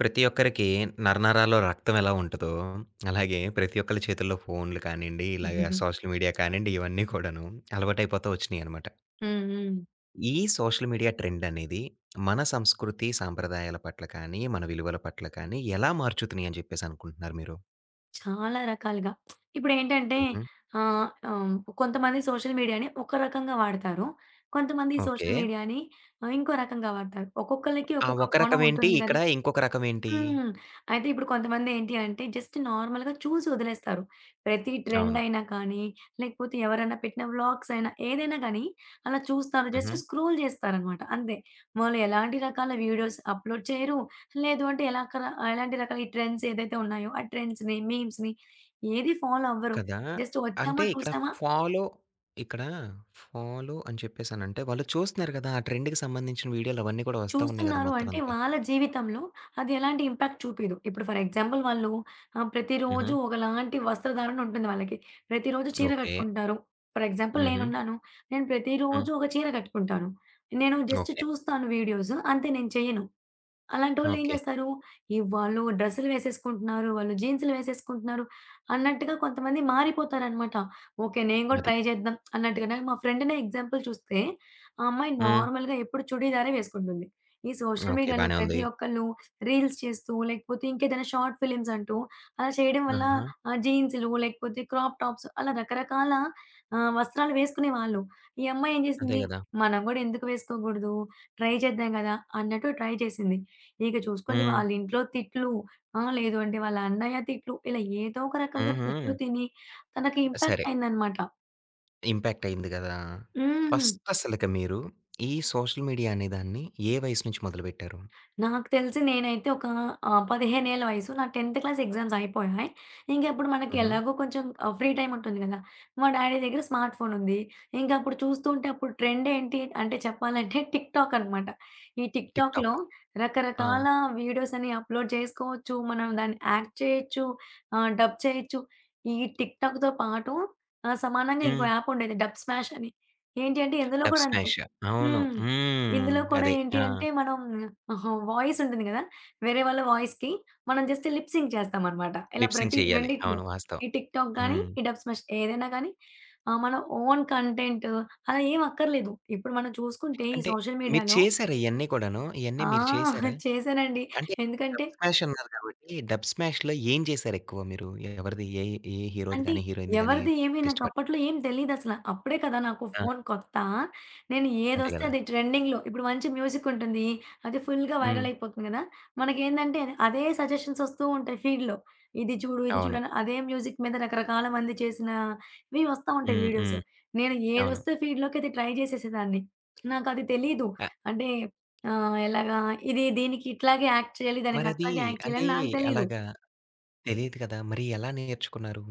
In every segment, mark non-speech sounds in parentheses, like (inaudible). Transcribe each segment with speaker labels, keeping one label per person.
Speaker 1: ప్రతి ఒక్కరికి నరనరాల్లో రక్తం ఎలా ఉంటదో, అలాగే ప్రతి ఒక్కళ్ళ చేతుల్లో ఫోన్‌లు కానియండి, ఇలాగ
Speaker 2: హ్మ్.
Speaker 1: సోషల్ మీడియా కానియండి, ఇవన్నీ కూడాను అలవాటైపోతా వచ్చినియనమాట.
Speaker 2: హ్మ్.
Speaker 1: ఈ సోషల్ మీడియా ట్రెండ్ అనేది మన సంస్కృతి, సాంప్రదాయాల పట్ల కానీ, మన విలువల పట్ల కానీ ఎలా మార్చుతున్నాయి అని చెప్పేసి అనుకుంటున్నారు మీరు?
Speaker 2: చాలా రకాలుగా. ఇప్పుడేంటంటే
Speaker 1: హుహు.
Speaker 2: ఆహ్, ఆహ్, కొంతమంది సోషల్ మీడియాని ఒక రకంగా వాడతారు. కొంతమంది
Speaker 1: ఓకే.
Speaker 2: సోషల్ మీడియాని ఇంకో రకంగా వాడతారు. ఒక్కొక్కళ్ళకి
Speaker 1: ఆ
Speaker 2: ఒక్కొక్క
Speaker 1: ఒక
Speaker 2: కోణం
Speaker 1: రకం ఏంటి?
Speaker 2: ఉంటుంది గదా!
Speaker 1: ఇక్కడ ఇంకొక రకం ఏంటి?
Speaker 2: హ్మ్. అయితే ఇప్పుడు కొంతమందేంటి అంటే జస్ట్ నార్మల్‌గా చూసి వదిలేస్తారు. ప్రతి ట్రెండ్
Speaker 1: అవును.
Speaker 2: అయినా కానీ, లేకపోతే ఎవరైనా పెట్టిన వ్లాగ్స్ అయినా ఏదైనా గానీ అలా చూస్తారు.
Speaker 1: హుహు.
Speaker 2: జస్ట్ స్క్రోల్ చేస్తారనమాట అంతే. వాళ్ళు ఎలాంటి రకాల వీడియోస్ అప్‌లోడ్ చేయరు. లేదు అంటే ఎలాంటి రకాల ఈ ట్రెండ్స్ ఏదైతే ఉన్నాయో ఆ ట్రెండ్స్‌ని, మీమ్స్‌ని ఏది ఫాలో అవ్వరు.
Speaker 1: కదా!
Speaker 2: జస్ట్
Speaker 1: అంటే
Speaker 2: వచ్చామా
Speaker 1: ఇక్కడ
Speaker 2: చూసామా
Speaker 1: ఫాలో ఇక్కడ ఫాలో అని చెప్పేసనంటే వాళ్ళు చూస్తున్నారు గదా! ఆ ట్రెండ్‌కి సంబంధించిన వీడియోలు అవన్నీ కూడా వస్తా ఉన్నాయి గదా!
Speaker 2: చూస్తున్నారు
Speaker 1: మొత్తం
Speaker 2: అంటే
Speaker 1: అంతా.
Speaker 2: వాళ్ళ జీవితంలో అది ఎలాంటి ఇంపాక్ట్ చూపీదు. ఇప్పుడు ఫర్ ఎగ్జాంపుల్ వాళ్ళు
Speaker 1: హుహు.
Speaker 2: ప్రతిరోజు ఒకలాంటి వస్త్రధారణ ఉంటుంది వాళ్ళకి. ప్రతిరోజు చీర
Speaker 1: ఓకే.
Speaker 2: కట్టుకుంటారు. ఫర్ ఎగ్జాంపుల్
Speaker 1: హుహు.
Speaker 2: నేనున్నాను. నేను
Speaker 1: హ్మ్.
Speaker 2: ప్రతిరోజు ఒక చీర కట్టుకుంటాను. నేను జస్ట్
Speaker 1: ఓకే.
Speaker 2: చూస్తాను వీడియోస్. అంతే నేను చేయను. అలాంటోళ్ళేం
Speaker 1: ఓకే.
Speaker 2: జేస్తారు, ఈ వాళ్ళు డ్రెస్సులు వేసేసుకుంటున్నారు, వాళ్ళు జీన్స్‌లు వేసేసుకుంటున్నారు అన్నట్టుగా కొంతమంది మారిపోతారనమాట. ఓకే. నేను గూడా
Speaker 1: అది.
Speaker 2: ట్రై చేద్దాం అన్నట్టుగా. నాకు మా ఫ్రెండ్‌నే ఎగ్జాంపుల్ చూస్తే, ఆ అమ్మాయి
Speaker 1: హ్మ్.
Speaker 2: నార్మల్‌గా ఎప్పుడు చుడీదారే వేసుకుంటుంది. ఈ సోషల్
Speaker 1: ఓకే.
Speaker 2: మీడియాలో
Speaker 1: బానే
Speaker 2: ప్రతి
Speaker 1: ఉంది.
Speaker 2: ఒక్కళ్ళు రీల్స్ చేస్తూ, లేకపోతే ఇంకేదైనా షార్ట్ ఫిలిమ్స్ అంటూ అలా చేయడం వల్ల
Speaker 1: ఆహా!
Speaker 2: జీన్స్‌లు లేకపోతే క్రాప్ టాప్స్ అలా రకరకాల వస్త్రాలు వేసుకునేవాళ్ళు. ఈ అమ్మాయి ఏం
Speaker 1: అదే
Speaker 2: జేసింది,
Speaker 1: గదా!
Speaker 2: మనం గూడా ఎందుకు వేసుకోకూడదు, ట్రై చేద్దాం గదా! అన్నట్టు ట్రై చేసింది. ఇక చూసుకోండి
Speaker 1: హ్మ్.
Speaker 2: వాళ్ళింట్లో తిట్లు, ఆ! లేదు అంటే వాళ్ళ అన్నయ్య తిట్లు, ఇలా ఏదో ఒక రకంగా
Speaker 1: హుహు.
Speaker 2: తిట్లు తిని తనకి ఇంపాక్ట్
Speaker 1: సరే.
Speaker 2: అయిందనమాట.
Speaker 1: ఇంపాక్ట్ అయింది గదా!
Speaker 2: హ్మ్.
Speaker 1: ఫస్ట్ అసలకి మీరు ఈ సోషల్ మీడియా అనే దాన్ని ఏ వయసు నుంచి మొదలుపెట్టారు?
Speaker 2: నాకు తెలిసి నేనైతే ఒక 15 ఏళ్ల వయసు. నా 10థ్ క్లాస్ ఎగ్జామ్స్ అయిపోయాయి. ఇంకప్పుడు మనకి
Speaker 1: హుహు.
Speaker 2: ఎలాగో కొంచెం ఫ్రీ టైమ్ ఉంటుంది గదా! మా డ్యాడీ దగ్గర స్మార్ట్ ఫోన్ ఉంది. ఇంక అప్పుడు చూస్తుంటే అప్పుడు ట్రెండ్ ఏంటి అంటే చెప్పాలంటే (laughs) టిక్‌టాక్ అనమాట. ఈ
Speaker 1: టిక్
Speaker 2: టిక్‌టాక్‌లో
Speaker 1: టాక్. ఆ!
Speaker 2: రకరకాల వీడియోస్ అని అప్‌లోడ్ చేసుకోవచ్చు. మనం దాన్ని యాక్ట్ చేయొచ్చు. డబ్ చేయొచ్చు. ఈ టిక్‌టాక్‌తో పాటు సమానంగా ఇంకో
Speaker 1: హ్మ్.
Speaker 2: యాప్ ఉండేది డబ్ స్మాష్ అని. ఏంటి అంటే ఇందులో
Speaker 1: డబ్
Speaker 2: కూడా అంతే.
Speaker 1: స్మాష్. అవును.
Speaker 2: హ్మ్.
Speaker 1: హ్మ్.
Speaker 2: ఇందులో కూడా
Speaker 1: అదే.
Speaker 2: ఏంటి
Speaker 1: ఆ!
Speaker 2: అంటే మనం వాయిస్ ఉంటుంది గదా! వేరే వాళ్ళ వాయిస్‌కి మనం జస్ట్ లిప్ సింక్ చేస్తామనమాట. ఇలా
Speaker 1: లిప్ సింక్
Speaker 2: ప్రతి
Speaker 1: చెయ్యాలి.
Speaker 2: రెండిట్లో
Speaker 1: అవును. వాస్తవం.
Speaker 2: ఈ టిక్‌టాక్ గాని,
Speaker 1: హ్మ్.
Speaker 2: ఈ డబ్ స్మాష్ ఏదైనా గాని మన ఓన్ కంటెంట్ అలా ఏం అక్కర్లేదు. ఇప్పుడు మనం చూసుకుంటే ఈ
Speaker 1: అంటే
Speaker 2: సోషల్
Speaker 1: మీరు
Speaker 2: మీడియాలో
Speaker 1: చేసారా ఇయన్నీ కూడాను? ఇయన్నీ
Speaker 2: ఆ!
Speaker 1: మీరు చేసారా?
Speaker 2: (laughs) చేశానండి.
Speaker 1: అంటే
Speaker 2: ఎందుకంటే
Speaker 1: డబ్ స్మాష్ అన్నారు కాబట్టి, డబ్ స్మాష్‌లో ఏం చేసారు ఎక్కువ మీరు? ఎవరిది ఏ ఏ హీరోది
Speaker 2: అంటే
Speaker 1: గాని, హీరోయిన్‌ది గాని
Speaker 2: ఎవరిది ఏమి
Speaker 1: చేయడానికి ఇష్టపడ్
Speaker 2: నాకప్పట్లో ఏం తెలీదసల. అప్పుడే కదా నాకు
Speaker 1: ఆ!
Speaker 2: ఫోన్ కొత్త. నేను
Speaker 1: అంతే
Speaker 2: ఏదొస్తే
Speaker 1: గదా!
Speaker 2: అది ట్రెండింగ్‌లో ఇప్పుడు మంచి మ్యూజికుంటుంది. అది ఫుల్‌గా
Speaker 1: హ్మ్.
Speaker 2: వైరల్ అయిపోతుంది గదా! మనకేందంటే అదే సజెషన్స్ ఒస్తూ ఉంటాయి ఫీడ్‌లో. ఇది చూడు, ఇది చూడు
Speaker 1: అవును.
Speaker 2: అని అదే మ్యూజిక్ మీద రకరకాల మంది చేసినవి వస్తా ఉంటాయి
Speaker 1: హ్మ్.
Speaker 2: వీడియోస్.
Speaker 1: హ్మ్.
Speaker 2: నేను
Speaker 1: అవును.
Speaker 2: ఏదొస్తే ఫీడ్‌లోకి అది ట్రై చేసేసేదాన్ని. నాకది తెలీదు.
Speaker 1: ఆహ్,
Speaker 2: అంటే ఎలాగా ఇది దీనికి ఇట్లాగే యాక్ట్ చేయాలి, దానికి
Speaker 1: మరది
Speaker 2: అట్లాగే యాక్ట్ చేయాలి
Speaker 1: అంటే
Speaker 2: అని నాకు తెలీదు.
Speaker 1: అలాగా తెలీదు కదా! మరి ఎలా నేర్చుకున్నారు?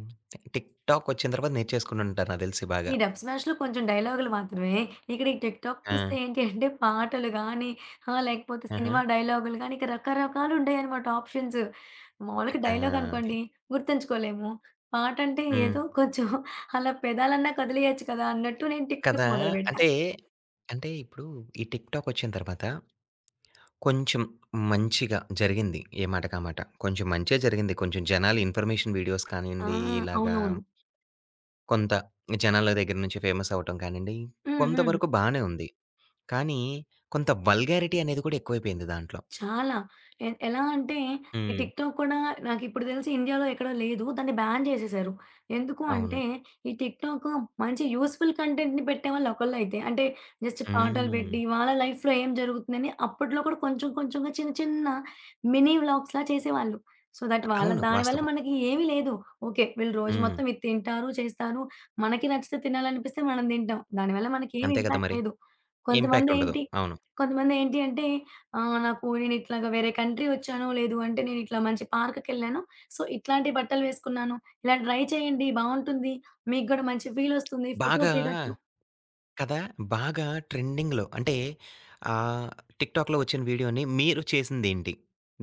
Speaker 1: టిక్ టాక్ వచ్చిన తర్వాత నేర్చేసుకుని ఉంటారు నాకు తెలిసి బాగా.
Speaker 2: ఈ డబ్ స్మాష్‌లో కొంచెం డైలాగులు మాత్రమే. ఇక్కడ ఈ టిక్
Speaker 1: ఆ!
Speaker 2: టాక్‌కొస్తే ఏంటి అంటే పాటలు గానీ, లేకపోతే
Speaker 1: ఆహా!
Speaker 2: సినిమా డైలాగులు గానీ, ఇక రకరకాలుంటాయనమాట ఆప్షన్స్. మామూలుగా
Speaker 1: ఇంకా
Speaker 2: డైలాగ్
Speaker 1: అది.
Speaker 2: అనుకోండి గుర్తుంచుకోలేము. పాటంటే
Speaker 1: హ్మ్.
Speaker 2: ఏదో కొంచెం అలా పెదాలన్నా కదిలేయొచ్చు కదా! అన్నట్టు నేను టిక్ టాక్
Speaker 1: కదా!
Speaker 2: మొదలుపెట్టా.
Speaker 1: అంటే, అంటే ఇప్పుడు ఈ టిక్‌టాక్ వచ్చిన తర్వాత కొంచెం మంచిగా జరిగింది. ఏ మాటకా మాట. కొంచెం మంచే జరిగింది. కొంచెం జనాలు ఇన్ఫర్మేషన్ వీడియోస్
Speaker 2: ఆ!
Speaker 1: కానియండి, ఇలాగా
Speaker 2: అవునవును.
Speaker 1: కొంత జనాల దగ్గర నుంచి ఫేమస్ అవ్వటం కానియండి,
Speaker 2: హ్మ్. హ్మ్.
Speaker 1: కొంతవరకు బానే ఉంది. కానీ కొంత వల్గారిటీ అనేది కూడా ఎక్కువైపోయింది దాంట్లో.
Speaker 2: చాలా. ఎలా అంటే ఈ
Speaker 1: హ్మ్.
Speaker 2: టిక్‌టాక్ కూడా నాకిప్పుడు తెలిసి ఇండియాలో ఎక్కడా లేదు. దాన్ని బ్యాన్ చేసేసారు. ఎందుకు
Speaker 1: అవును.
Speaker 2: అంటే ఈ టిక్‌టాక్ మంచి యూజ్‌ఫుల్ కంటెంట్‌ని పెట్టేవాళ్ళు ఒకళ్ళైతే అంటే జస్ట్ పాటలు
Speaker 1: హ్మ్.
Speaker 2: పెట్టి వాళ్ళ లైఫ్‌లో ఏం జరుగుతుందని అప్పట్లో కూడా కొంచెం కొంచెంగా చిన్న చిన్న మినీ వ్లాగ్స్‌లా చేసేవాళ్ళు. సో దట్ వాళ్ళ
Speaker 1: అవును.
Speaker 2: దానివల్ల
Speaker 1: వాస్తవం.
Speaker 2: మనకి ఏమీ లేదు. ఓకే. వీళ్ళు రోజు
Speaker 1: హ్మ్.
Speaker 2: మొత్తం ఇది తింటారు, చేస్తారు. మనకి నచ్చితే తినాలనిపిస్తే మనం తింటాం. దానివల్ల మనకేమి
Speaker 1: అంతే కదా
Speaker 2: ఇంపాక్ట్
Speaker 1: మరి!
Speaker 2: లేదు.
Speaker 1: ఇంపాక్ట్ ఉండదు.
Speaker 2: కొంతమందేంటి
Speaker 1: అవును.
Speaker 2: కొంతమందేంటి అంటే ఆ! నాకు నేనిట్లాగా వేరే కంట్రీ వచ్చాను. లేదు అంటే నేనిట్లా మంచి పార్క్‌కెళ్ళాను. సో, ఇట్లాంటి బట్టలు వేసుకున్నాను. ఇలా ట్రై చేయండి బావుంటుంది. మీకు గూడా మంచి ఫీలొస్తుంది.
Speaker 1: బాగా
Speaker 2: ఫోటోస్ దిగొచ్చు.
Speaker 1: కదా! బాగా ట్రెండింగ్‌లో అంటే ఆహ్, టిక్‌టాక్‌లో వచ్చిన వీడియోని మీరు చేసిందేంటి?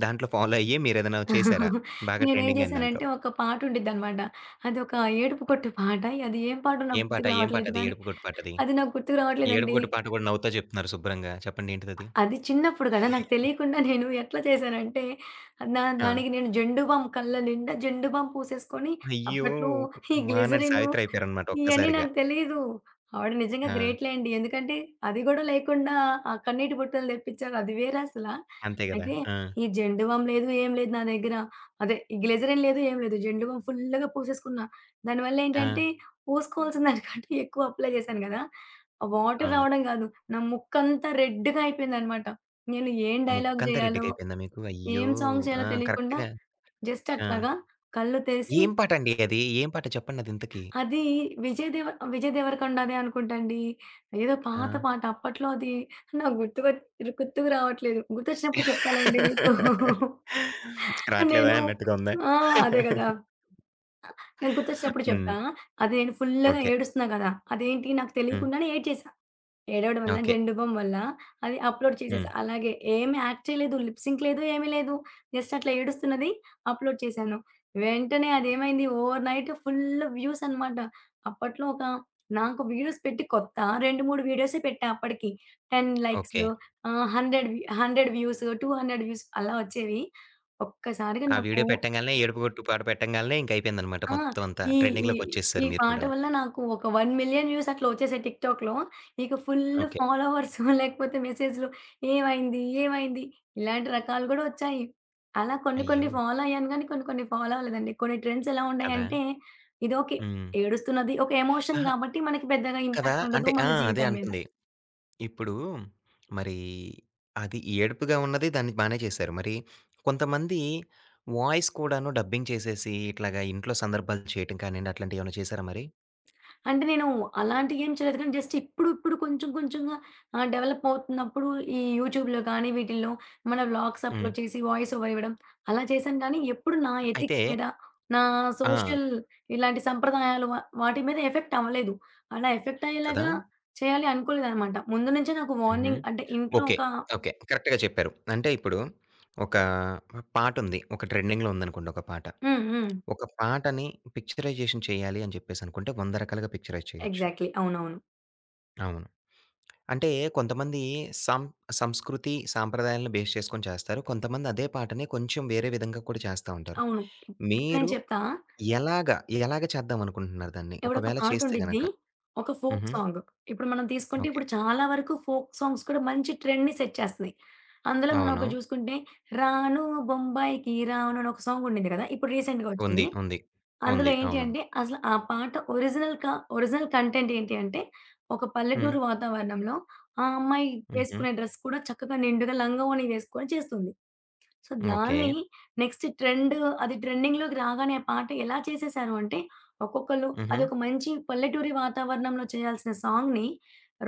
Speaker 1: దాంట్లో ఫాలో అయ్యి మీరేదైనా చేసారా?
Speaker 2: (laughs)
Speaker 1: బాగా
Speaker 2: నేనేం
Speaker 1: ట్రెండింగ్ అయిన దాంట్లో.
Speaker 2: చేశానంటే ఒక పాట ఉండిద్దనమాట. అదొక ఏడుపు కొట్టు పాట. అది ఏం పాటో నాకు
Speaker 1: ఏం పాట?
Speaker 2: గుర్తుకు
Speaker 1: ఏం
Speaker 2: రావట్లేదు
Speaker 1: పాటది?
Speaker 2: కానీ,
Speaker 1: ఏడుపుగొట్టు పాటది.
Speaker 2: అది నాకు గుర్తుకు రావట్లేదండి.
Speaker 1: ఏడుపుగొట్టు పాట కూడా నవ్వుతా చెప్తున్నారు శుభ్రంగా. చెప్పండి ఏంటిదది?
Speaker 2: అది చిన్నప్పుడు కదా! నాకు తెలియకుండా నేను ఎట్లా చేశానంటే, నా
Speaker 1: ఆ!
Speaker 2: దానికి నేను జెండు బామ్ కళ్ళ నిండా జెండు బామ్ పూసేసుకొని
Speaker 1: అయ్యో!
Speaker 2: అప్పట్లో ఈ
Speaker 1: మహానటి
Speaker 2: గ్లిజరిను
Speaker 1: సావిత్రి అయిపోయారనమాట
Speaker 2: ఇయన్నీ
Speaker 1: ఒక్కసారిగా.
Speaker 2: నాకు తెలీదు. ఆవిడ నిజంగా
Speaker 1: ఆ!
Speaker 2: గ్రేట్ లేండి. ఎందుకంటే అది గూడా లేకుండా ఆ కన్నీటి బుట్టలు తెప్పించారు. అది వేరే అసలా.
Speaker 1: అంతే గదా!
Speaker 2: అయితే
Speaker 1: ఆ!
Speaker 2: ఈ జెండు బామ్ లేదు, ఏం లేదు నా దగ్గర. అదే ఈ గ్లిజరిన్ లేదు, ఏం లేదు. జెండు బామ్ ఫుల్‌గా పూసేసుకున్నా. దానివల్ల
Speaker 1: ఆ!
Speaker 2: ఏంటంటే పూసుకోవాల్సిన దానికంటే ఎక్కువ అప్లై చేశాను గదా! ఆ వాటర్
Speaker 1: అవును.
Speaker 2: రావడం గాదు. నా ముక్కంతా రెడ్‌గా అయిపోయిందనమాట. నేను ఏం డైలాగ్
Speaker 1: ముక్కంతా
Speaker 2: జేయాలో,
Speaker 1: రెడ్డిగయిపోయిందా మీకు? అయ్యో!
Speaker 2: ఏం సాంగ్
Speaker 1: ఆ!
Speaker 2: చేయాలో తెలియకుండా
Speaker 1: కరెక్ట్‌గా
Speaker 2: జస్ట్
Speaker 1: ఆ!
Speaker 2: అట్లాగా కళ్ళు తెరిసి
Speaker 1: ఏం పాటండి అది? ఏం పాట చెప్పండది ఇంతకి?
Speaker 2: అది 'విజయ్ దేవ 'విజయ్ దేవరకొండ'దే అనుకుంటండి. ఏదో
Speaker 1: ఆ!
Speaker 2: పాత పాట అప్పట్లో అది నాకు గుర్తుకొచ్ గుర్తుకు రావట్లేదు. గుర్తొచ్చినప్పుడు చెప్పాలండి మీకు.
Speaker 1: రాట్లేదా
Speaker 2: నేను
Speaker 1: అన్నట్టుగా ఉందా?
Speaker 2: ఆ! అదే గదా!
Speaker 1: (laughs)
Speaker 2: నాకు గుర్తొచ్చినప్పుడు చెప్తా.
Speaker 1: హ్మ్.
Speaker 2: అది నేను ఫుల్‌గా
Speaker 1: ఓకే.
Speaker 2: ఏడుస్తున్నా గదా! అదేంటి నాకు
Speaker 1: హ్మ్.
Speaker 2: తెలియకుండానే ఏడ్చేసా. ఏడవడం వల్ల,
Speaker 1: ఓకే.
Speaker 2: జెండు బామ్ వల్ల అది అప్‌లోడ్
Speaker 1: హ్మ్.
Speaker 2: చేసేసా. అలాగే ఏమి యాక్ట్ చేయలేదు. లిప్ సింక్ లేదు, ఏమీ లేదు. జస్ట్ అట్లా ఏడుస్తున్నది అప్‌లోడ్ చేశాను. వెంటనే అదేమైంది ఓవర్ నైట్ ఫుల్ వ్యూస్ అనమాట. అప్పట్లో ఒక నాకు వీడియోస్ పెట్టి కొత్త 2, 3 వీడియోసే పెట్టా అప్పటికి. 10 లైక్స్
Speaker 1: ఓకే.
Speaker 2: 100 100 వ్యూస్, 200 వ్యూస్ అలా వచ్చేవి. ఒక్కసారిగా
Speaker 1: ఆ
Speaker 2: నాకు
Speaker 1: వీడియో పెట్టంగాల్నే ఏడుపు గొట్టు పాట పెట్టంగాల్నే ఇంక అయిపోయిందనమాట
Speaker 2: ఆ!
Speaker 1: మొత్తం అంతా.
Speaker 2: ఈ ఈ ఈ
Speaker 1: ట్రెండింగ్‌లోకొచ్చేసారు మీరు
Speaker 2: పాట
Speaker 1: కూడాను.
Speaker 2: వల్ల నాకు ఒక 1,000,000 వ్యూస్ అట్లా వచ్చేసాయి టిక్‌టాక్‌లో. ఇక ఫుల్
Speaker 1: ఓకే.
Speaker 2: ఫాలోవర్స్ (laughs) లేకపోతే మెసేజ్‌లు ఏమైంది? ఏమైంది? ఇలాంటి రకాలు గూడా వచ్చాయి. అలా కొన్ని కొన్ని
Speaker 1: అయ్యో!
Speaker 2: ఫాలో అయ్యాను గానీ, కొన్ని కొన్ని ఫాలో అవ్వలేదండి. కొన్ని ట్రెండ్స్ ఎలా
Speaker 1: కదా!
Speaker 2: ఉన్నాయంటే, ఇది ఓకే.
Speaker 1: హ్మ్.
Speaker 2: ఏడుస్తున్నది ఒక ఎమోషన్
Speaker 1: అహా!
Speaker 2: గాబట్టి మనకి పెద్దగా
Speaker 1: కదా!
Speaker 2: ఇంపాక్ట్ ఉండదు
Speaker 1: అంటే
Speaker 2: మన
Speaker 1: ఆ! అదే
Speaker 2: జీవితం మీద.
Speaker 1: అంటుంది. ఇప్పుడు మరి అది ఏడుపుగా ఉన్నది దాన్ని బానే చేశారు. మరి కొంతమంది వాయిస్ కూడాను డబ్బింగ్ చేసేసి ఇట్లాగా ఇంట్లో సందర్భాలు చేయటం కానియండి అట్లాంటియేమన్నా చేశారా మరి?
Speaker 2: అంటే నేను అలాంటివి ఏం చేయలేదు. కానీ జస్ట్ ఇప్పుడు, కొంచెం కొంచెంగా డెవలప్ అవుతున్నప్పుడు ఈ యూట్యూబ్‌లో కానీ వీటిల్లో మన వ్లాగ్స్
Speaker 1: హ్మ్.
Speaker 2: అప్‌లోడ్ చేసి వాయిస్ ఓవర్ ఇవ్వడం అలా చేశాను. కానీ ఎప్పుడు నా
Speaker 1: అయితే
Speaker 2: ఎథిక్స్ మీద, నా
Speaker 1: ఆ!
Speaker 2: సోషల్ ఇలాంటి సంప్రదాయాలు వాటి మీద ఎఫెక్ట్ అవ్వలేదు. అలా ఎఫెక్ట్
Speaker 1: కదా!
Speaker 2: అయ్యేలాగా చేయాలి అనుకోలేదనమాట. ముందు నుంచే నాకు
Speaker 1: హుహు.
Speaker 2: వార్నింగ్ అంటే ఇంట్లో
Speaker 1: ఓకే.
Speaker 2: ఒక
Speaker 1: ఓకే. కరెక్ట్‌గా చెప్పారు. అంటే ఇప్పుడు ఒక పాటుంది. ఒక ట్రెండింగ్‌లో ఉందనుకోండి ఒక పాట.
Speaker 2: హ్మ్. హ్మ్.
Speaker 1: ఒక పాటని పిక్చరైజేషన్ చేయాలి అని చెప్పేసనుకుంటే 100 రకాలుగా పిక్చరైజ్ చేయొచ్చు.
Speaker 2: ఎగ్జాక్ట్‌లీ. అవునవును.
Speaker 1: అవును. అంటే కొంతమంది సం సంస్కృతి, సాంప్రదాయాలను బేస్ చేసుకొని చేస్తారు. కొంతమంది అదే పాటని కొంచెం వేరే విధంగా కూడా చేస్తా ఉంటారు.
Speaker 2: అవును. ఇప్పుడు నేను
Speaker 1: మీరు
Speaker 2: చెప్తా
Speaker 1: ఎలాగా, ఎలాగ చేద్దాం అనుకుంటున్నారు దాన్ని?
Speaker 2: ఇప్పుడొక
Speaker 1: ఒకవేళ చేస్తే
Speaker 2: పాటుండిద్ది.
Speaker 1: గనక?
Speaker 2: ఒక ఫోక్
Speaker 1: హుహు.
Speaker 2: సాంగ్. ఇప్పుడు మనం తీసుకుంటే
Speaker 1: ఓకే.
Speaker 2: ఇప్పుడు చాలా వరకు ఫోక్ సాంగ్స్ కూడా మంచి ట్రెండ్‌ని సెట్ చేస్తున్నాయి. అందులో మనం
Speaker 1: అవును.
Speaker 2: ఒకటి చూసుకుంటే 'రాను బొంబాయికి రాను' అని ఒక సాంగ్ ఉండింది కదా! ఇప్పుడు రీసెంట్‌గా
Speaker 1: ఉంది.
Speaker 2: వచ్చింది.
Speaker 1: ఉంది.
Speaker 2: అందులో
Speaker 1: ఉంది.
Speaker 2: ఏంటి
Speaker 1: అవును.
Speaker 2: అంటే అసలు ఆ పాట ఒరిజినల్ కంటెంట్ ఏంటి అంటే ఒక
Speaker 1: హ్మ్.
Speaker 2: పల్లెటూరు వాతావరణంలో ఆ అమ్మాయి
Speaker 1: హుహు.
Speaker 2: వేసుకునే డ్రెస్ కూడా చక్కగా నిండుగా లంగా ఓణి వేసుకొని చేస్తుంది. So,
Speaker 1: okay.
Speaker 2: దాన్ని నెక్స్ట్ ట్రెండ్ అది ట్రెండింగ్‌లోకి రాగానే ఆ పాట ఎలా చేసేసారు అంటే, ఒక్కొక్కళ్ళు
Speaker 1: హుహు.
Speaker 2: అదొక మంచి పల్లెటూరి వాతావరణంలో చేయాల్సిన సాంగ్‌ని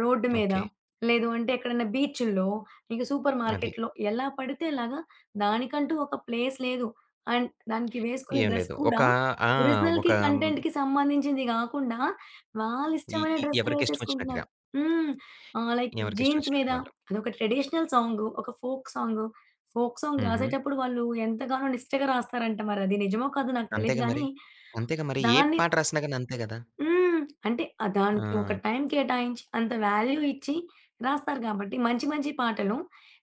Speaker 2: రోడ్డు మీద,
Speaker 1: ఓకే.
Speaker 2: లేదు అంటే ఎక్కడైనా బీచ్‌ల్లో, ఇక సూపర్
Speaker 1: అది.
Speaker 2: మార్కెట్‌లో ఎలా పడితే అలాగా దానికంటూ ఒక ప్లేస్ లేదు. అండ్ దానికి వేసుకునే
Speaker 1: ఏం
Speaker 2: డ్రెస్
Speaker 1: లేదు. ఒక
Speaker 2: కూడా
Speaker 1: ఆ!
Speaker 2: ఒరిజినల్‌కి,
Speaker 1: ఒక మ్,
Speaker 2: కంటెంట్‌కి సంబంధించింది గాకుండా
Speaker 1: ఈ
Speaker 2: వాళ్ళిష్టమైన
Speaker 1: ఈ
Speaker 2: డ్రెస్సులు
Speaker 1: ఎవరికిష్టం
Speaker 2: వేసేసుకుంటున్నారు.
Speaker 1: వచ్చినట్టుగా.
Speaker 2: హ్మ్. లైక్
Speaker 1: ఎవరికిష్టం
Speaker 2: జీన్స్ మీద
Speaker 1: వచ్చినట్టుగా వాళ్ళు.
Speaker 2: అదొక ట్రెడిషనల్ సాంగు, ఒక ఫోక్ సాంగు. ఫోక్ సాంగ్
Speaker 1: హుహు.
Speaker 2: రాసేటప్పుడు వాళ్ళు ఎంతగానో నిష్టగా రాస్తారంట. మరది నిజమో కాదో నాకు తెలీదు
Speaker 1: అంతేగా
Speaker 2: గానీ,
Speaker 1: మరి. అంతేగా మరి. ఏ
Speaker 2: దాన్ని
Speaker 1: పాట రాసినా గాని అంతే గదా!
Speaker 2: హ్మ్. అంటే దానికి ఒక
Speaker 1: ఆ!
Speaker 2: టైం కేటాయించి, అంత వాల్యూ ఇచ్చి రాస్తారు గాబట్టి, మంచి మంచి పాటలు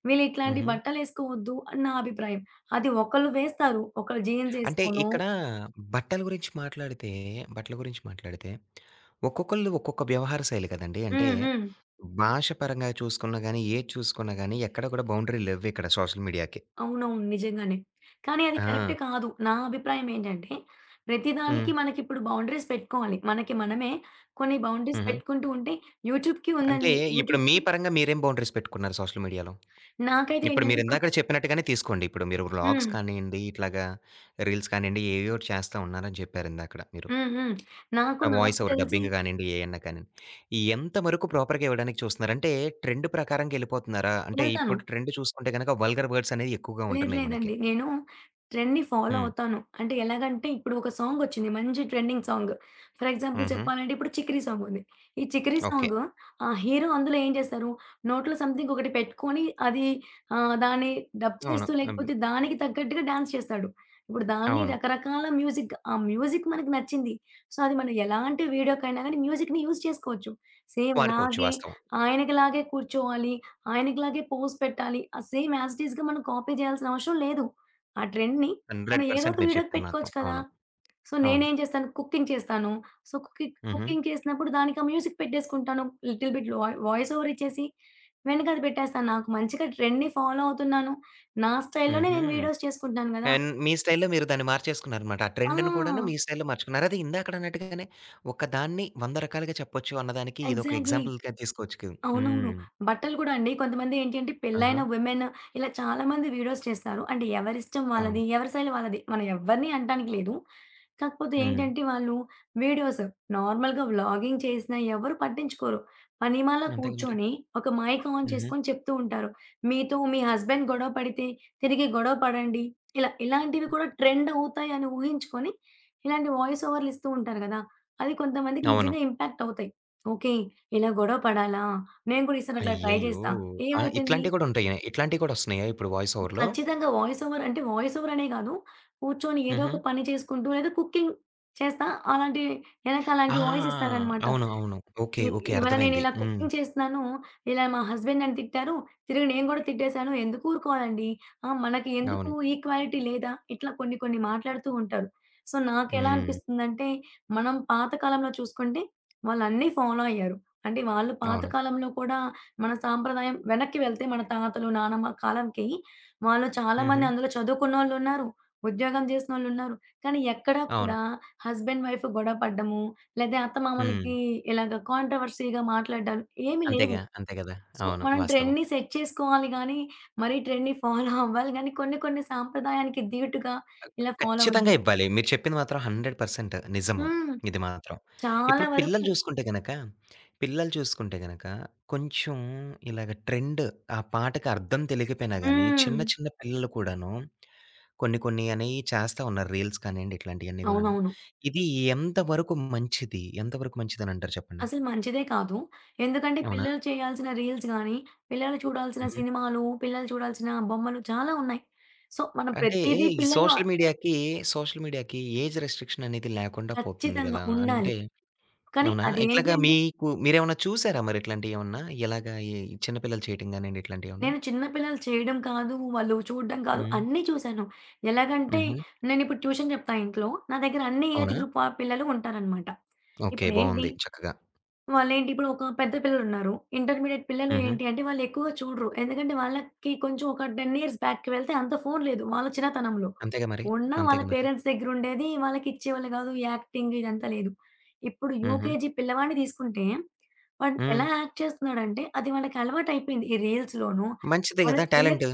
Speaker 2: వీళ్ళిట్లాంటి
Speaker 1: హుహు.
Speaker 2: బట్టలేసుకోవద్దు అని నా అభిప్రాయం. అది ఒకళ్ళు వేస్తారు. ఒకళ్ళు జీన్స్
Speaker 1: అంటే
Speaker 2: ఏసుకోను
Speaker 1: ఇక్కడ బట్టల గురించి మాట్లాడితే, బట్టల గురించి మాట్లాడితే ఒక్కొక్కళ్ళు ఒక్కొక్క వ్యవహార శైలి కదండీ. అంటే
Speaker 2: హ్మ్. హ్మ్.
Speaker 1: భాష పరంగా చూసుకున్నా గాని, ఏది చూసుకున్నా గాని ఎక్కడ కూడా బౌండరీ లెవ్విక్కడ సోషల్ మీడియాకి.
Speaker 2: అవునవును. నిజంగానే. కానీ అది కరెక్ట్
Speaker 1: ఆ!
Speaker 2: కాదు. నా అభిప్రాయం ఏంటంటే,
Speaker 1: హ్మ్.
Speaker 2: ప్రతిదానికి మనకిప్పుడు బౌండరీస్ పెట్టుకోవాలి. మనకి మనమే కొన్ని బౌండరీస్
Speaker 1: హుహు.
Speaker 2: పెట్టుకుంటూ ఉంటే యూట్యూబ్‌కి
Speaker 1: అంటే
Speaker 2: ఉందండి.
Speaker 1: ఇప్పుడు మీ
Speaker 2: యూట్యూబ్‌కి
Speaker 1: పరంగా మీరేం బౌండరీస్ పెట్టుకున్నారు సోషల్ మీడియాలో?
Speaker 2: నాకైతే
Speaker 1: ఇప్పుడు
Speaker 2: ఏంటంటే
Speaker 1: మీరు
Speaker 2: ఇప్పుడు
Speaker 1: ఇందాక చెప్పినట్టుగానే తీసుకోండి. ఇప్పుడు మీరు వ్లాగ్స్
Speaker 2: హ్మ్.
Speaker 1: కానియండి, ఇట్లాగా రీల్స్ కానియండి, ఏవేవో చేస్తా ఉన్నారని చెప్పారు ఇందాకడ మీరు.
Speaker 2: హ్మ్. హ్మ్. నాకు
Speaker 1: ఆ
Speaker 2: నాకు
Speaker 1: వాయిస్ ఓవర్
Speaker 2: తెలిసి
Speaker 1: డబ్బింగ్ కానియండి, ఏయన్నా కానియండి. ఎంత వరకు ప్రాపర్‌గా ఇవ్వడానికి చూస్తున్నారు? అంటే ట్రెండ్ ప్రకారంగా ఎళ్ళిపోతున్నారా? అంటే
Speaker 2: వెళ్తాను.
Speaker 1: ఇప్పుడు ట్రెండ్ చూసుకుంటే గనక వల్గర్ వర్డ్స్ అనేవి ఎక్కువగా
Speaker 2: లేదు
Speaker 1: ఉంటున్నాయి మనకి.
Speaker 2: లేదండి. నేను ట్రెండ్‌ని ఫాలో
Speaker 1: హ్మ్.
Speaker 2: అవుతాను. అంటే ఎలాగంటే ఇప్పుడు ఒక సాంగొచ్చింది. మంచి ట్రెండింగ్ సాంగ్. ఫర్ ఎగ్జాంపుల్
Speaker 1: హుహు.
Speaker 2: చెప్పాలంటే ఇప్పుడు 'చికిరి' సాంగ్ ఉంది. ఈ 'చికిరి'
Speaker 1: ఓకే.
Speaker 2: సాంగ్ ఆ హీరో అందులో ఏం చేశారు? నోట్లో సంథింగ్ ఒకటి పెట్టుకొని అది దాన్ని డబ్
Speaker 1: అవును.
Speaker 2: చేస్తూ
Speaker 1: హ్మ్.
Speaker 2: లేకపోతే దానికి తగ్గట్టుగా డాన్స్ చేస్తాడు. ఇప్పుడు దాన్ని
Speaker 1: అవును.
Speaker 2: రకరకాల మ్యూజిక్ ఆ మ్యూజిక్ మనకు నచ్చింది. సో, అది మనం ఎలాంటి వీడియోకైనా గానీ మ్యూజిక్‌ని యూజ్ చేసుకోవచ్చు. సేమ్
Speaker 1: వాడుకోవచ్చు
Speaker 2: అలాగే
Speaker 1: వాస్తవం.
Speaker 2: ఆయనకిలాగే కూర్చోవాలి. ఆయనకిలాగే పోజ్ పెట్టాలి. ఆ సేమ్ యాజ్ ఇట్ ఈస్‌గా మనం కాపీ చేయాల్సిన అవసరం లేదు. ఆ ట్రెండ్‌ని మనం ఏదో
Speaker 1: 100%
Speaker 2: ఒక
Speaker 1: మీరు
Speaker 2: వీడియోకి
Speaker 1: చెప్పింది మాత్రం.
Speaker 2: పెట్టుకోవచ్చు కదా!
Speaker 1: అవును.
Speaker 2: సో,
Speaker 1: అవును.
Speaker 2: నేనేం చేస్తాను కుకింగ్ చేస్తాను. సో,
Speaker 1: హుహు.
Speaker 2: కుకింగ్ చేసినప్పుడు దానికి ఆ మ్యూజిక్ పెట్టేసుకుంటాను. లిటిల్ బిట్ వాయిస్ ఓవర్ ఇచ్చేసి వెనక అది పెట్టేస్తాను. నాకు మంచిగా ట్రెండ్‌ని ఫాలో అవుతున్నాను. నా స్టైల్‌లోనే
Speaker 1: హుహు.
Speaker 2: నేను వీడియోస్ చేసుకుంటున్నాను కదా!
Speaker 1: అండ్ మీ స్టైల్‌లో మీరు దాన్ని మార్చేసుకున్నారనమాట. ఆ
Speaker 2: ఆ!
Speaker 1: ట్రెండ్‌ని కూడాను మీ స్టైల్‌లో మార్చుకున్నారు. అదే ఇందాకడ అన్నట్టుగానే ఒకదాన్ని 100 రకాలుగా చెప్పొచ్చు అన్నదానికి ఇదొక
Speaker 2: ఎగ్జాక్ట్‌లీ.
Speaker 1: ఎగ్జాంపుల్‌గా తీసుకోవచ్చు కు
Speaker 2: అవునవును.
Speaker 1: హ్మ్.
Speaker 2: బట్టలు గూడా అండి. కొంతమంది ఏంటి అంటే
Speaker 1: ఆహా!
Speaker 2: పెళ్లైన విమెన్ ఇలా చాలామంది వీడియోస్ చేస్తారు. అంటే ఎవరిష్టం
Speaker 1: అవును.
Speaker 2: వాళ్ళది. ఎవరి శైలి వాళ్ళది. మనం ఎవ్వరిని అనటానికి లేదు. కాకపోతే
Speaker 1: హ్మ్.
Speaker 2: ఏంటంటే వాళ్ళు వీడియోస్ నార్మల్‌గా వ్లాగింగ్ చేసినా ఎవరు పట్టించుకోరు. పనిమాల
Speaker 1: అంతేగా మరి.
Speaker 2: కూర్చొని ఒక మైక్ ఆన్
Speaker 1: హుహు.
Speaker 2: చేసుకొని చెప్తూ ఉంటారు. మీతో మీ హస్బెండ్ గొడవ పడితే తిరిగి గొడవ పడండి. ఇలా ఇలాంటివి కూడా ట్రెండ్ అవుతాయని ఊహించుకొని ఇలాంటి వాయిస్ ఓవర్‌లిస్తూ ఉంటారు గదా! అది కొంతమందికి
Speaker 1: అవును.
Speaker 2: నిజంగా ఇంపాక్ట్ అవుతాయి. ఓకే. ఇలా గొడవ పడాలా? నేను కూడా ఈసారి అట్లా ట్రై
Speaker 1: అయ్యయ్యో!
Speaker 2: చేస్తా.
Speaker 1: ఆ!
Speaker 2: ఏమైతుంది
Speaker 1: ఇట్లాంటివి కూడా ఉంటాయా? ఇట్లాంటివి కూడా వస్తున్నాయా ఇప్పుడు వాయిస్ ఓవర్‌లో?
Speaker 2: ఖచ్చితంగా వాయిస్ ఓవర్ అంటే వాయిస్ ఓవర్ అనే కాదు. కూర్చొని ఏదో
Speaker 1: హుహు.
Speaker 2: ఒక పని చేసుకుంటూ లేదా కుకింగ్ చేస్తా. అలాంటి వెనక
Speaker 1: ఆ!
Speaker 2: అలాంటి
Speaker 1: ఆ!
Speaker 2: వాయిస్ ఇస్తారనమాట.
Speaker 1: ఆ! అవును. అవును. ఓకే.
Speaker 2: ఇ
Speaker 1: ఓకే.
Speaker 2: ఇవాళ
Speaker 1: అర్థమైంది.
Speaker 2: నేనిలా
Speaker 1: హ్మ్.
Speaker 2: కుకింగ్ చేస్తున్నాను. ఇలా మా హస్బెండ్ నన్ను తిట్టారు. తిరిగి నేను గూడా తిట్టేసాను. ఎందుకు ఊరుకోవాలండి? ఆ! మనకి ఎందుకు
Speaker 1: అవును.
Speaker 2: ఈక్వాలిటీ లేదా? ఇట్లా కొన్ని కొన్ని మాట్లాడుతూ ఉంటారు. సో, నాకెలా
Speaker 1: హ్మ్.
Speaker 2: అనిపిస్తుందంటే, మనం పాత కాలంలో చూసుకుంటే వాళ్ళన్నీ ఫాలో అయ్యారు. అంటే వాళ్ళు పాత
Speaker 1: అవును.
Speaker 2: కాలంలో కూడా మన సాంప్రదాయం వెనక్కి వెళ్తే మన తాతలు, నానమ్మ కాలంకి వాళ్ళు చాలామంది
Speaker 1: హుహు.
Speaker 2: అందులో చదువుకున్నోళ్ళున్నారు. ఉద్యోగం చేసినోళ్ళున్నారు. కానీ ఎక్కడా
Speaker 1: అవును.
Speaker 2: కూడా హస్బెండ్ వైఫ్ గొడవ పడ్డము లేదా
Speaker 1: హ్మ్.
Speaker 2: అత్తమామలకి ఇలాగ కాంట్రవర్సీ‌గా మాట్లాడడాలు ఏమి లేవు.
Speaker 1: అంతేగా. అంతే గదా!
Speaker 2: సో,
Speaker 1: అవును.
Speaker 2: మనం
Speaker 1: వాస్తవం.
Speaker 2: ట్రెండ్‌ని సెట్ చేసుకోవాలి గానీ, మరీ ట్రెండ్‌ని ఫాలో అవ్వాలి గానీ, కొన్ని కొన్ని సాంప్రదాయానికి దీటుగా ఇలా ఫాలో అవ్వద్దు.
Speaker 1: ఖచ్చితంగా ఇవ్వాలి. మీరు చెప్పింది మాత్రం 100% నిజము.
Speaker 2: హ్మ్.
Speaker 1: ఇది మాత్రం.
Speaker 2: చాలా
Speaker 1: ఇప్పుడు పిల్లలు
Speaker 2: వరకు
Speaker 1: చూసుకుంటే గనక, పిల్లలు చూసుకుంటే గనక కొంచెం ఇలాగ ట్రెండ్ ఆ పాటకి అర్థం తెలియకపోయినా గాని,
Speaker 2: హ్మ్.
Speaker 1: చిన్న చిన్న పిల్లలు కూడాను కొన్ని కొన్ని అనేయి చేస్తా ఉన్నారు. రీల్స్ కానియండి ఇట్లాంటియన్నీ గూడాను.
Speaker 2: అవునవును.
Speaker 1: ఇది ఎంతవరకు మంచిది? ఎంతవరకు మంచిదనంటారు చెప్పండి?
Speaker 2: అసలు మంచిదే కాదు. ఎందుకంటే
Speaker 1: అవునా?
Speaker 2: పిల్లలు చేయాల్సిన రీల్స్ గానీ, పిల్లలు చూడాల్సిన
Speaker 1: హుహు.
Speaker 2: సినిమాలు, పిల్లలు చూడాల్సిన బొమ్మలు చాలా ఉన్నాయి. సో, మనం
Speaker 1: అంటే
Speaker 2: ప్రతీదీ
Speaker 1: ఈ
Speaker 2: పిల్లలు
Speaker 1: సోషల్ మీడియాకి, సోషల్ మీడియాకి ఏజ్ రిస్ట్రిక్షన్ అనేది లేకుండా పోతుంది
Speaker 2: ఖచ్చితంగా
Speaker 1: గదా!
Speaker 2: ఉండాలి.
Speaker 1: అంటే
Speaker 2: కానీ
Speaker 1: అవునా?
Speaker 2: అదేంటి
Speaker 1: ఇట్లాగా
Speaker 2: అంటే
Speaker 1: మీకు మీరేమన్నా చూసారా మరి ఇట్లాంటియేమన్నా? ఎలాగా ఈ చిన్న పిల్లలు చేయటం గానియండి ఇట్లాంటియేమన్నా?
Speaker 2: నేను చిన్న పిల్లలు చేయడం కాదు, వాళ్ళు చూడడం కాదు
Speaker 1: హ్మ్.
Speaker 2: అన్నీ చూసాను. ఎలాగంటే
Speaker 1: హుహు.
Speaker 2: నేనిప్పుడు ట్యూషన్ చెప్తా ఇంట్లో. నా దగ్గర అన్ని ఏజ్
Speaker 1: అవునా?
Speaker 2: గ్రూప్ పిల్లలు ఉంటారనమాట.
Speaker 1: ఓకే.
Speaker 2: ఇప్పుడేంటి
Speaker 1: బావుంది చక్కగా.
Speaker 2: వాళ్ళేంటి ఇప్పుడు ఒక పెద్ద పిల్లలున్నారు. ఇంటర్మీడియేట్ పిల్లలు
Speaker 1: హుహు.
Speaker 2: ఏంటి అంటే వాళ్ళెక్కువగా చూడరు. ఎందుకంటే వాళ్ళకి కొంచెం ఒక 10 ఇయర్స్ బ్యాక్‌కి వెళ్తే అంత ఫోను లేదు వాళ్ళ చిన్నతనంలో.
Speaker 1: అంతేగా మరి.
Speaker 2: ఉన్నా వాళ్ళ
Speaker 1: అంతేగా మరి.
Speaker 2: పేరెంట్స్ దగ్గరుండేది. వాళ్ళకిచ్చేవాళ్ళు గాదు. యాక్టింగ్ ఇదంతా లేదు. ఇప్పుడు
Speaker 1: హుహు.
Speaker 2: యూకేజీ పిల్లవాడిని తీసుకుంటే వాడు
Speaker 1: హ్మ్.
Speaker 2: ఎలా యాక్ట్ చేస్తున్నాడంటే అది వాళ్ళకి అలవాటయిపోయింది. ఈ రీల్స్‌లోనూ
Speaker 1: మంచిదే
Speaker 2: వాళ్ళు
Speaker 1: గదా!
Speaker 2: చెయ్యక
Speaker 1: టాలెంట్.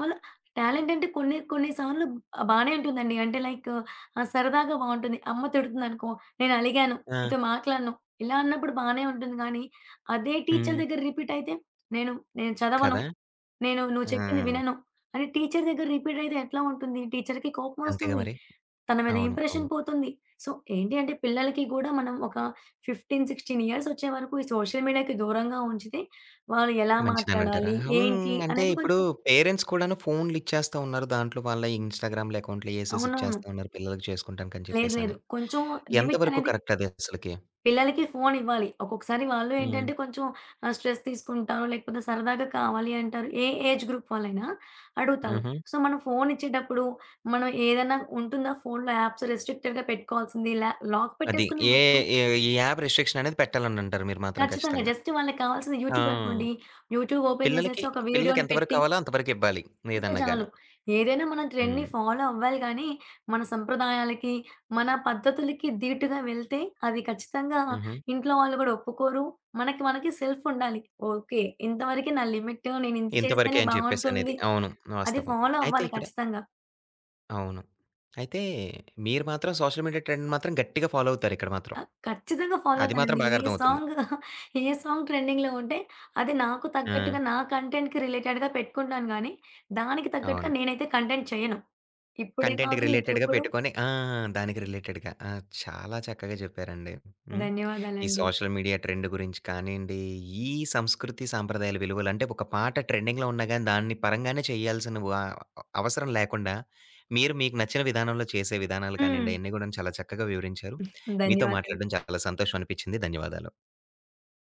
Speaker 2: వాళ్ళ టాలెంట్ అంటే కొన్ని కొన్ని సార్లు బానే ఉంటుందండి. అంటే లైక్ సరదాగా బావుంటుంది. అమ్మ తిడుతుందనుకో, నేనలిగాను,
Speaker 1: ఆ!
Speaker 2: నీతో మాట్లాడను ఇలా అన్నప్పుడు బానే ఉంటుంది గానీ, అదే టీచర్
Speaker 1: హ్మ్.
Speaker 2: దగ్గర రిపీట్ అయితే, నేను నేను చదవను,
Speaker 1: కదా!
Speaker 2: నేను నువ్వు చెప్పింది
Speaker 1: ఆ!
Speaker 2: వినను అని టీచర్ దగ్గర రిపీట్ అయితే ఎట్లా ఉంటుంది? టీచర్‌కి
Speaker 1: అంతేగా
Speaker 2: కోపమొస్తుంది.
Speaker 1: మరి.
Speaker 2: తన మీద
Speaker 1: అవును.
Speaker 2: ఇంప్రెషన్
Speaker 1: అవును.
Speaker 2: పోతుంది. సో, ఏంటి అంటే పిల్లలకి గూడా మనం ఒక 15, 16 ఇయర్స్ వచ్చే వరకు ఈ సోషల్ మీడియాకి దూరంగా ఉంచితే, వాళ్ళు ఎలా
Speaker 1: మంచిదనంటారా?
Speaker 2: మాట్లాడాలి,
Speaker 1: హ్మ్.
Speaker 2: ఏంటి
Speaker 1: అంటే
Speaker 2: అనేది
Speaker 1: ఇప్పుడు
Speaker 2: కొంచెం
Speaker 1: పేరెంట్స్ కూడాను ఫోన్‌లిచ్చేస్తా ఉన్నారు. దాంట్లో వాళ్ళ ఇన్‌స్టాగ్రామ్‌లు అకౌంట్‌లు ఏసేసి
Speaker 2: అవునవును.
Speaker 1: ఇచ్చేస్తా ఉన్నారు పిల్లలకి చేసుకుంటానికని
Speaker 2: లేదు లేదు.
Speaker 1: చెప్పేసని.
Speaker 2: కొంచెం లిమిట్
Speaker 1: ఎంతవరకు
Speaker 2: అనేది
Speaker 1: కరెక్ట్ అది అసలకి?
Speaker 2: పిల్లలకి ఫోన్ ఇవ్వాలి. ఒక్కొక్కసారి వాళ్ళు
Speaker 1: హ్మ్.
Speaker 2: ఏంటంటే కొంచెం స్ట్రెస్ తీసుకుంటారు. లేకపోతే సరదాగా కావాలి అంటారు. ఏ ఏజ్ గ్రూప్ వాళ్ళైనా అడుగుతారు.
Speaker 1: హుహు.
Speaker 2: సో, మనం ఫోన్ ఇచ్చేటప్పుడు మనం ఏదైనా ఉంటుందా ఫోన్‌లో యాప్స్ రెస్ట్రిక్టెడ్‌గా పెట్టుకోవాల్సింది లాక్
Speaker 1: అది.
Speaker 2: పెట్టేసుకొని
Speaker 1: ఏ
Speaker 2: ఇవ్వచ్చు.
Speaker 1: ఏ ఈ యాప్ రిస్ట్రిక్షన్ అనేది పెట్టాలనంటారు మీరు మాత్రం
Speaker 2: ఖచ్చితంగా.
Speaker 1: ఖచ్చితంగా.
Speaker 2: జస్ట్ వాళ్ళకి కావాల్సింది యూట్యూబ్
Speaker 1: ఆ!
Speaker 2: అనుకోండి. యూట్యూబ్ ఓపెన్ చేసేసి
Speaker 1: పిల్లలకి,
Speaker 2: ఒక
Speaker 1: పిల్లలకి
Speaker 2: వీడియోని
Speaker 1: ఎంత వరకు
Speaker 2: పెట్టి
Speaker 1: కావాలో అంత వరకు ఇవ్వాలి
Speaker 2: ఇస్తే
Speaker 1: ఏదన్నా
Speaker 2: చాలు.
Speaker 1: గాని.
Speaker 2: ఏదైనా మనం ట్రెండ్‌ని
Speaker 1: హ్మ్.
Speaker 2: ఫాలో అవ్వాలి గానీ, మన సంప్రదాయాలకి, మన పద్ధతులకి దీటుగా వెళ్తే అది ఖచ్చితంగా
Speaker 1: హుహు.
Speaker 2: ఇంట్లో వాళ్ళు గూడా ఒప్పుకోరు. మనకి మనకి సెల్ఫ్ ఉండాలి. ఓకే. ఇంతవరకే నా లిమిట్. నేను ఇంత
Speaker 1: ఇంతవరకే
Speaker 2: చేస్తేనే
Speaker 1: అని చెప్పేసనేది.
Speaker 2: బావుంటుంది.
Speaker 1: అవును.
Speaker 2: అది
Speaker 1: వాస్తవం.
Speaker 2: ఫాలో
Speaker 1: అయితే
Speaker 2: అవ్వాలి
Speaker 1: ఇక్కడ
Speaker 2: ఖచ్చితంగా.
Speaker 1: అవును. అయితే మీరు మాత్రం సోషల్ మీడియా ట్రెండ్ మాత్రం గట్టిగా ఫాలో అవుతారు ఇక్కడ మాత్రం.
Speaker 2: ఖచ్చితంగా ఫాలో
Speaker 1: అది మాత్రం
Speaker 2: అవుతానండి.
Speaker 1: బాగా
Speaker 2: ఏ
Speaker 1: అర్థమవుతుంది.
Speaker 2: సాంగ్ (laughs) ఏ సాంగ్ ట్రెండింగ్‌లో ఉంటే అది నాకు
Speaker 1: ఆ!
Speaker 2: తగ్గట్టుగా నా కంటెంట్‌కి రిలేటెడ్‌గా పెట్టుకుంటాను గానీ, దానికి తగ్గట్టుగా
Speaker 1: అవును.
Speaker 2: నేనైతే కంటెంట్ చేయను. ఇప్పుడే
Speaker 1: కంటెంట్‌కి
Speaker 2: కాదు
Speaker 1: రిలేటెడ్‌గా
Speaker 2: ఇంకెప్పుడు.
Speaker 1: పెట్టుకొని ఆ! దానికి రిలేటెడ్‌గా. ఆ! చాలా చక్కగా చెప్పారండి. హ్మ్. ఈ
Speaker 2: ధన్యవాదాలండి.
Speaker 1: సోషల్ మీడియా ట్రెండ్ గురించి కానియండి, ఈ సంస్కృతి, సాంప్రదాయాల విలువలు అంటే ఒక పాట ట్రెండింగ్‌లో ఉన్నా గాని దాన్ని పరంగానే చేయాల్సిన వ అవసరం లేకుండా మీరు మీకు నచ్చిన విధానంలో చేసే విధానాలు
Speaker 2: హ్మ్.
Speaker 1: కానియండి, అయన్నీ గూడాను చాలా చక్కగా వివరించారు. మీతో
Speaker 2: ధన్యవాదాలు.
Speaker 1: మాట్లాడడం చాలా సంతోషం అనిపిచ్చింది. ధన్యవాదాలు.